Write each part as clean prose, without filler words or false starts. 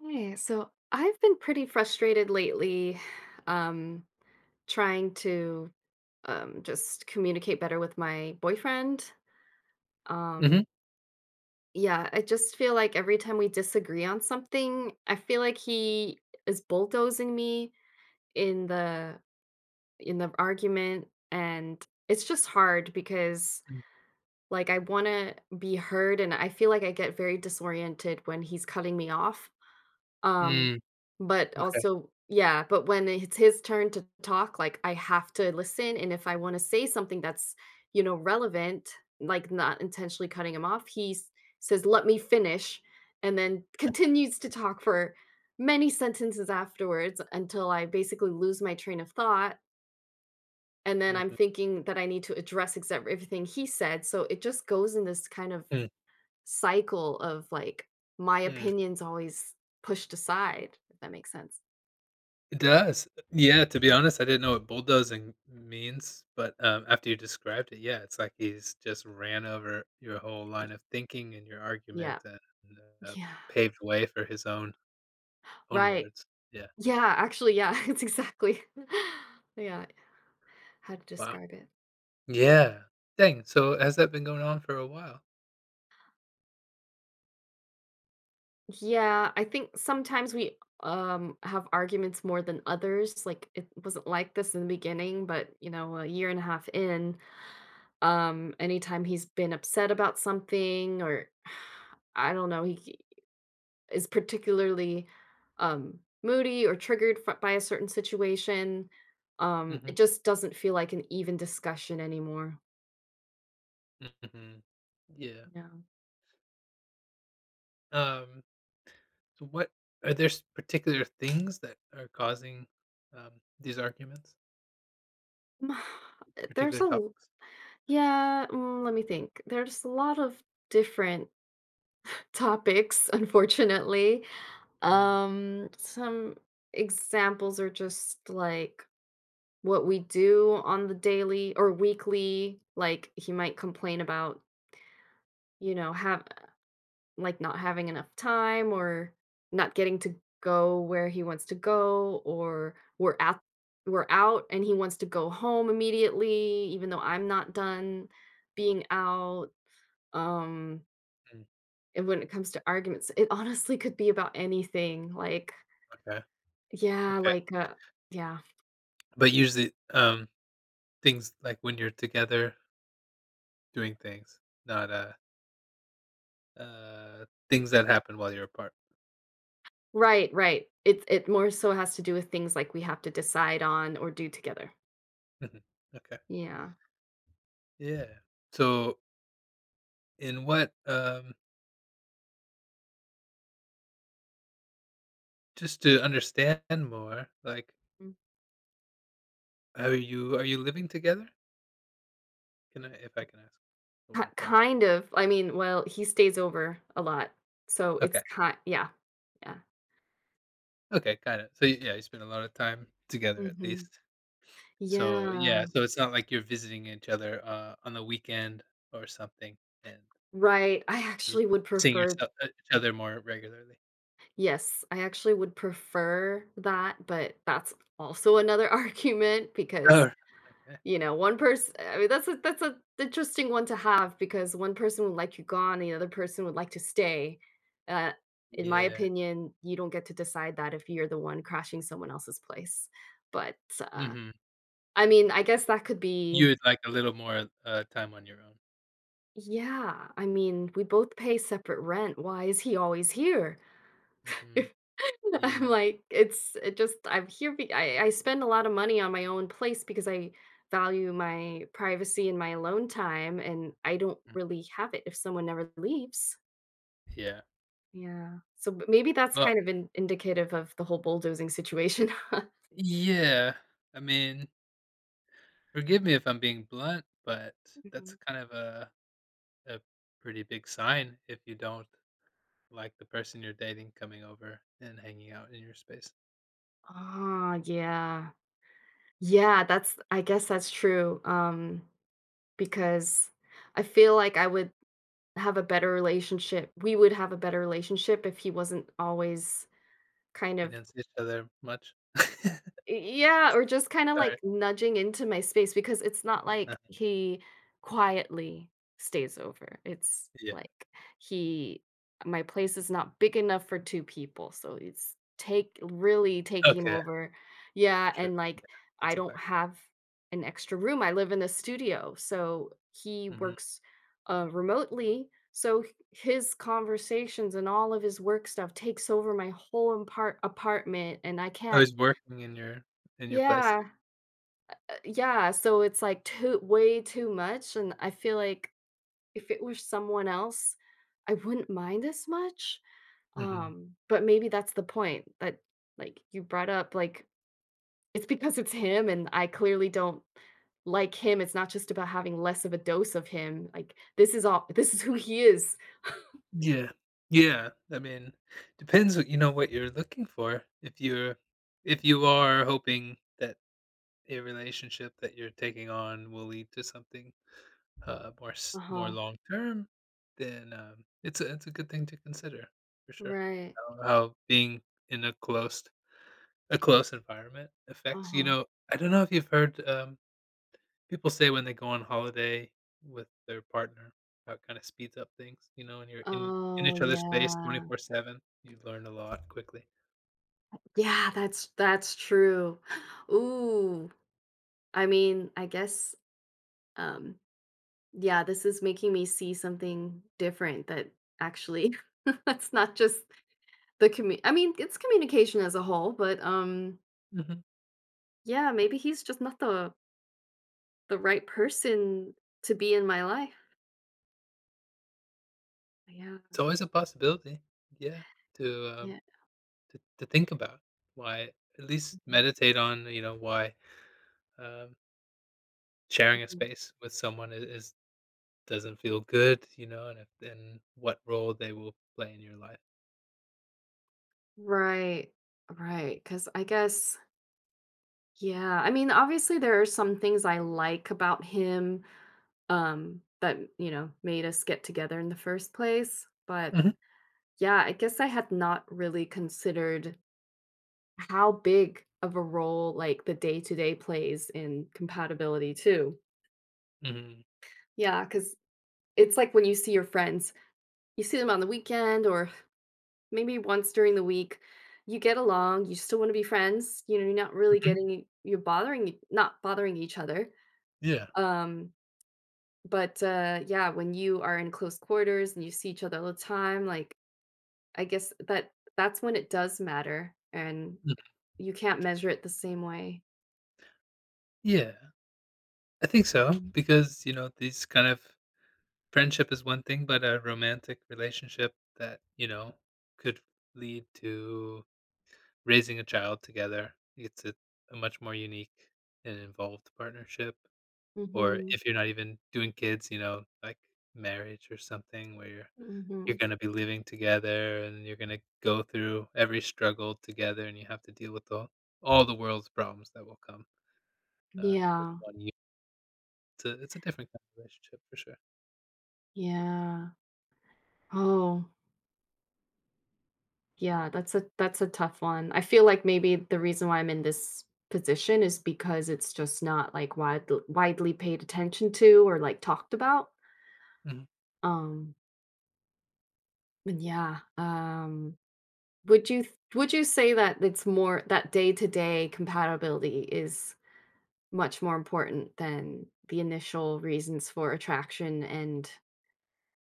Hey, so I've been pretty frustrated lately, um, trying to just communicate better with my boyfriend. Um, Mhm. yeah, I just feel like every time we disagree on something, I feel like he is bulldozing me in the in the argument, and it's just hard because Mm. like I want to be heard, and I feel like I get very disoriented when he's cutting me off. Um, Mm, but okay. also, yeah, but when it's his turn to talk, like, I have to listen, and if I wanna say something that's, you know, relevant, like, not intentionally cutting him off, he s says, "Let me finish," and then continues to talk for many sentences afterwards until I basically lose my train of thought, and then Mm, I'm mhm, thinking that I need to address exact everything he said, so it just goes in this kind of mm, cycle of like my mm. opinion's always pushed aside, if that makes sense. It does. Yeah, to be Mm. honest, I didn't know what bulldozing means, but, after you described it, yeah, it's like he's just ran over your whole Y line of thinking and your argument Yeah. and, uh, Yeah. paved way for his own Right. words. Yeah. Yeah, actually, yeah, it's exactly, yeah, how to Wow. describe it. Yeah. Dang, so has that been going on for a while? Yeah, I think sometimes we, have arguments more than others, like, it wasn't like this in the beginning, but, you know, a year and a half in, anytime he's been upset about something, or I don't know, he is particularly moody or triggered by a certain situation. It Mhm, just doesn't feel like an even discussion anymore. mhm. Yeah. Yeah. Um, so what are there s particular things that are causing, um, these arguments? Mm. There's Particular a, l- topics. yeah, let me think. There's a lot of different topics, unfortunately. Mm, Some examples are just like what we do on the daily or weekly. Like he might complain about, you know, have like, not having enough time or not getting to go where he wants to go, or we're out and he wants to go home immediately, even though I'm not done being out. Um, mm, and when it comes to arguments, it honestly could be about anything. Okay, okay. Like, yeah, But usually, things like when you're together doing things, not, uh, things that happen while you're apart. right, right. It more so has to do with things like we have to decide on or do together. Mhm, okay. Yeah. Yeah. So, in what, just to understand more, like, Mm. are you living together? Can I if I can ask? I don't Ki wanna pry. Kind of. I mean, well, he stays over a lot, so Okay, it's kind, yeah. Yeah. okay, got it. So, yeah, you spend a lot of time together at Mhm. least. So, yeah, Yeah. so it's not like you're visiting each other, on the weekend or something, and Right. I you actually you're would seeing prefer yourself each other more regularly. Yes, I actually would prefer that, but that's also another argument because, Oh, okay. you know, one person I mean, that's a interesting one to have because one person would like you gone, the other person would like to stay. Uh, in my Yeah, opinion, you don't get to decide that if you're the one crashing someone else's place, but, uh mhm. I mean, I guess that could You be, would like a little more, time on your own. yeah, I mean, we both pay separate rent, why is he always here? Mhm. I'm Yeah, like, it's it just I'm here, be I spend a lot of money on my own place because I value my privacy and my alone time, and I don't mm, really have it if someone never leaves. yeah. Yeah. So, b maybe that's Well kind of in indicative of the whole bulldozing situation. yeah, I mean, forgive me if I'm being blunt, but that's Mhm. kind of a pretty big sign if you don't like the person you're dating coming over and hanging out in your space, Ah, yeah. Yeah, that's, I guess that's true, because I feel like I would have a better relationship we would have a better relationship if he wasn't always kind if you of, didn't see each other much. yeah, or just kinda, Sorry. like, nudging into my space because it's not like uh he quietly stays over. It's yeah. like, he my place is not big enough for 2 people, so it's take really taking Okay, over. Yeah, sure. and, Yeah, like, I that's a don't fact. have an extra room. I live in a studio, so he Mhm. works, remotely, so h his conversations and all of his work stuff takes over my whole impart apartment, and I I can't. was working in your place. Yeah. Yeah, so it's like too way too much, and I feel like if it were someone else, I wouldn't mind as much, Mhm. But maybe that's the point that, like, you brought up, like, it's because it's him and I clearly don't like him, it's not just about having less of a dose of him, like, this is all, this is who he is. Yeah. Yeah, I mean, depends what you're looking for. If you're if you are hoping that a relationship that you're taking on will lead to something, uh, more Uh-huh. long term, then, it's a good thing to consider for sure. Right. How being in a close environment affects you Uh-huh. know, I don't know if you've heard, people say when they go on holiday with their partner, how it kinda speeds up things, you know, and you're in Oh, each other's face yeah. 24/7, you learn a lot quickly. Yeah, that's true. Ooh, I mean, I guess, um yeah, this is making me see something different that actually it's not just the commu I mean, it's communication as a whole, but, Mhm. yeah, maybe he's just not the right person to be in my life. Yeah, It's always a possibility, yeah, to, um, yeah, to think about why at least mhm, meditate on, you know, why, um, sharing a mhm. space with someone I is doesn't feel good, you know, and if and what role they will play in your life. Right. Right. Because I guess, yeah, I mean, obviously, there are some things I like about him, that, you know, made us get together in the first place, but, Mhm. yeah, I guess I had not really considered how big of a role, like, the day to day plays in compatibility too. Mhm. Yeah, because it's like when you see your friends, you see them on the weekend or maybe once during the week, you get along, you still want to be friends. You know, you're not really Mhm. getting, you're bothering, not bothering each other. Yeah. Um, but yeah, when you are in close quarters and you see each other all the time, like I guess that's when it does matter, and Mhm. you can't measure it the same way. Yeah. I think so because, you know, these kind of friendship is one thing, but a romantic relationship that, you know, could lead to raising a child together. It's a much more unique and involved partnership, or Mm-hmm. if you're not even doing kids, you know, like marriage or something where you're Mm-hmm. you're gonna be living together and you're gonna go through every struggle together and you have to deal with all the world's problems that will come, as Yeah, one unit. It's a different kind of relationship for sure. yeah. Oh, yeah, that's a tough one. I feel like maybe the reason why I'm in this position is because it's just not like widely paid attention to or like talked about. Mhm. Um, and yeah, would you would you say that it's more that day-to-day compatibility is much more important than the initial reasons for attraction, and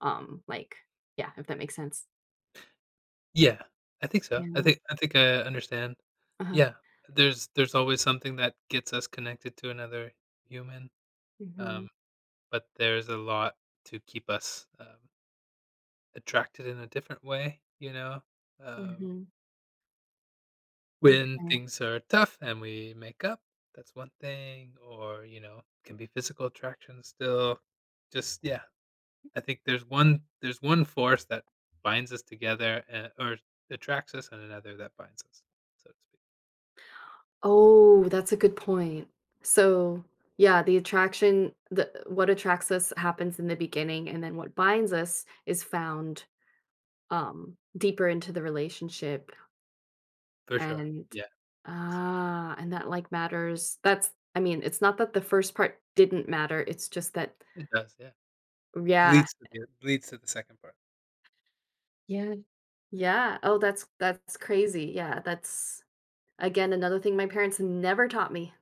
like, yeah, if that makes sense. Yeah, I think so. I Yeah. think I think I understand. Uh-huh. Yeah, there's always something that gets us connected to another human, Mhm. um, but there's a lot to keep us, attracted in a different way, you know? Um, Mhm. when Okay. things are tough and we make up, that's one thing, or, you know, can be physical attraction still. Just, yeah, I think there's one force that binds us together, or attracts us, and another that binds us, so to speak. Oh, that's a good point. Yeah. So, yeah, the attraction, the what attracts us happens in the beginning, and then what binds us is found, deeper into the relationship. For sure. And Yeah. and that, like, matters. That's, I mean, it's not that the first part didn't matter, it's just that, It does, yeah. yeah. Leads to the second part. Yeah. Yeah. Oh, that's crazy. Yeah, that's again another thing my parents never taught me.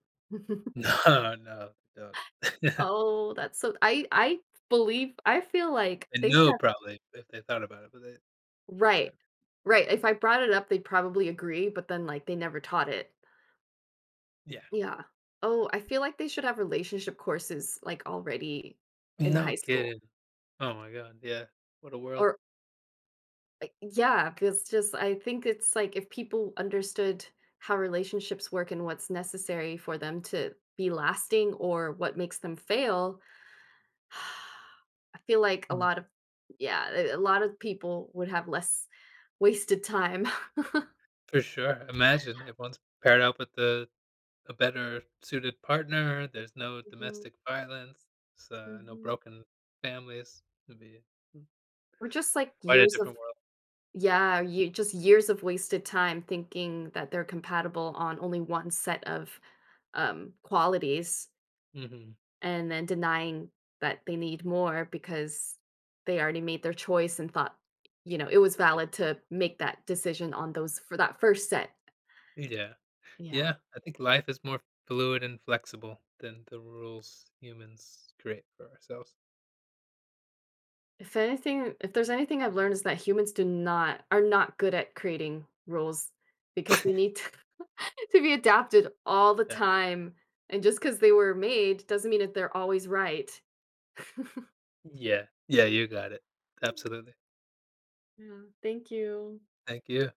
No, no, they don't. Oh, that's so I believe, I feel like They they should know have. probably if they thought about it, but they Right. certainly. Right, if I brought it up, they'd probably agree, but then, like, they never taught it. Yeah. Yeah. Oh, I feel like they should have relationship courses, like, already in No high school, kidding. Oh my god, yeah. What a world. or like, yeah, 'cause just I think it's like if people understood how relationships work and what's necessary for them to be lasting or what makes them fail, I feel like a Mm, lot of, yeah, a lot of people would have less wasted time. for sure. Imagine if one's paired up with the a better suited partner, there's no Mhm, domestic violence, s no mhm. broken families. It'd be Or just, like, quite a years of, different world. yeah, you just years of wasted time thinking that they're compatible on only one set of, qualities, Mhm. and then denying that they need more because they already made their choice and thought, you know, it was Yeah. valid to make that decision on those for that first set. Yeah. Yeah. Yeah, I think life is more fluid and flexible than the rules humans create for ourselves. If there's anything I've learned is that humans do not are not good at creating rules because they need to to be adapted all the Yeah. time, and just because they were made doesn't mean that they're always right. Yeah. Yeah, you got it. Absolutely. Yeah, thank you. Thank you.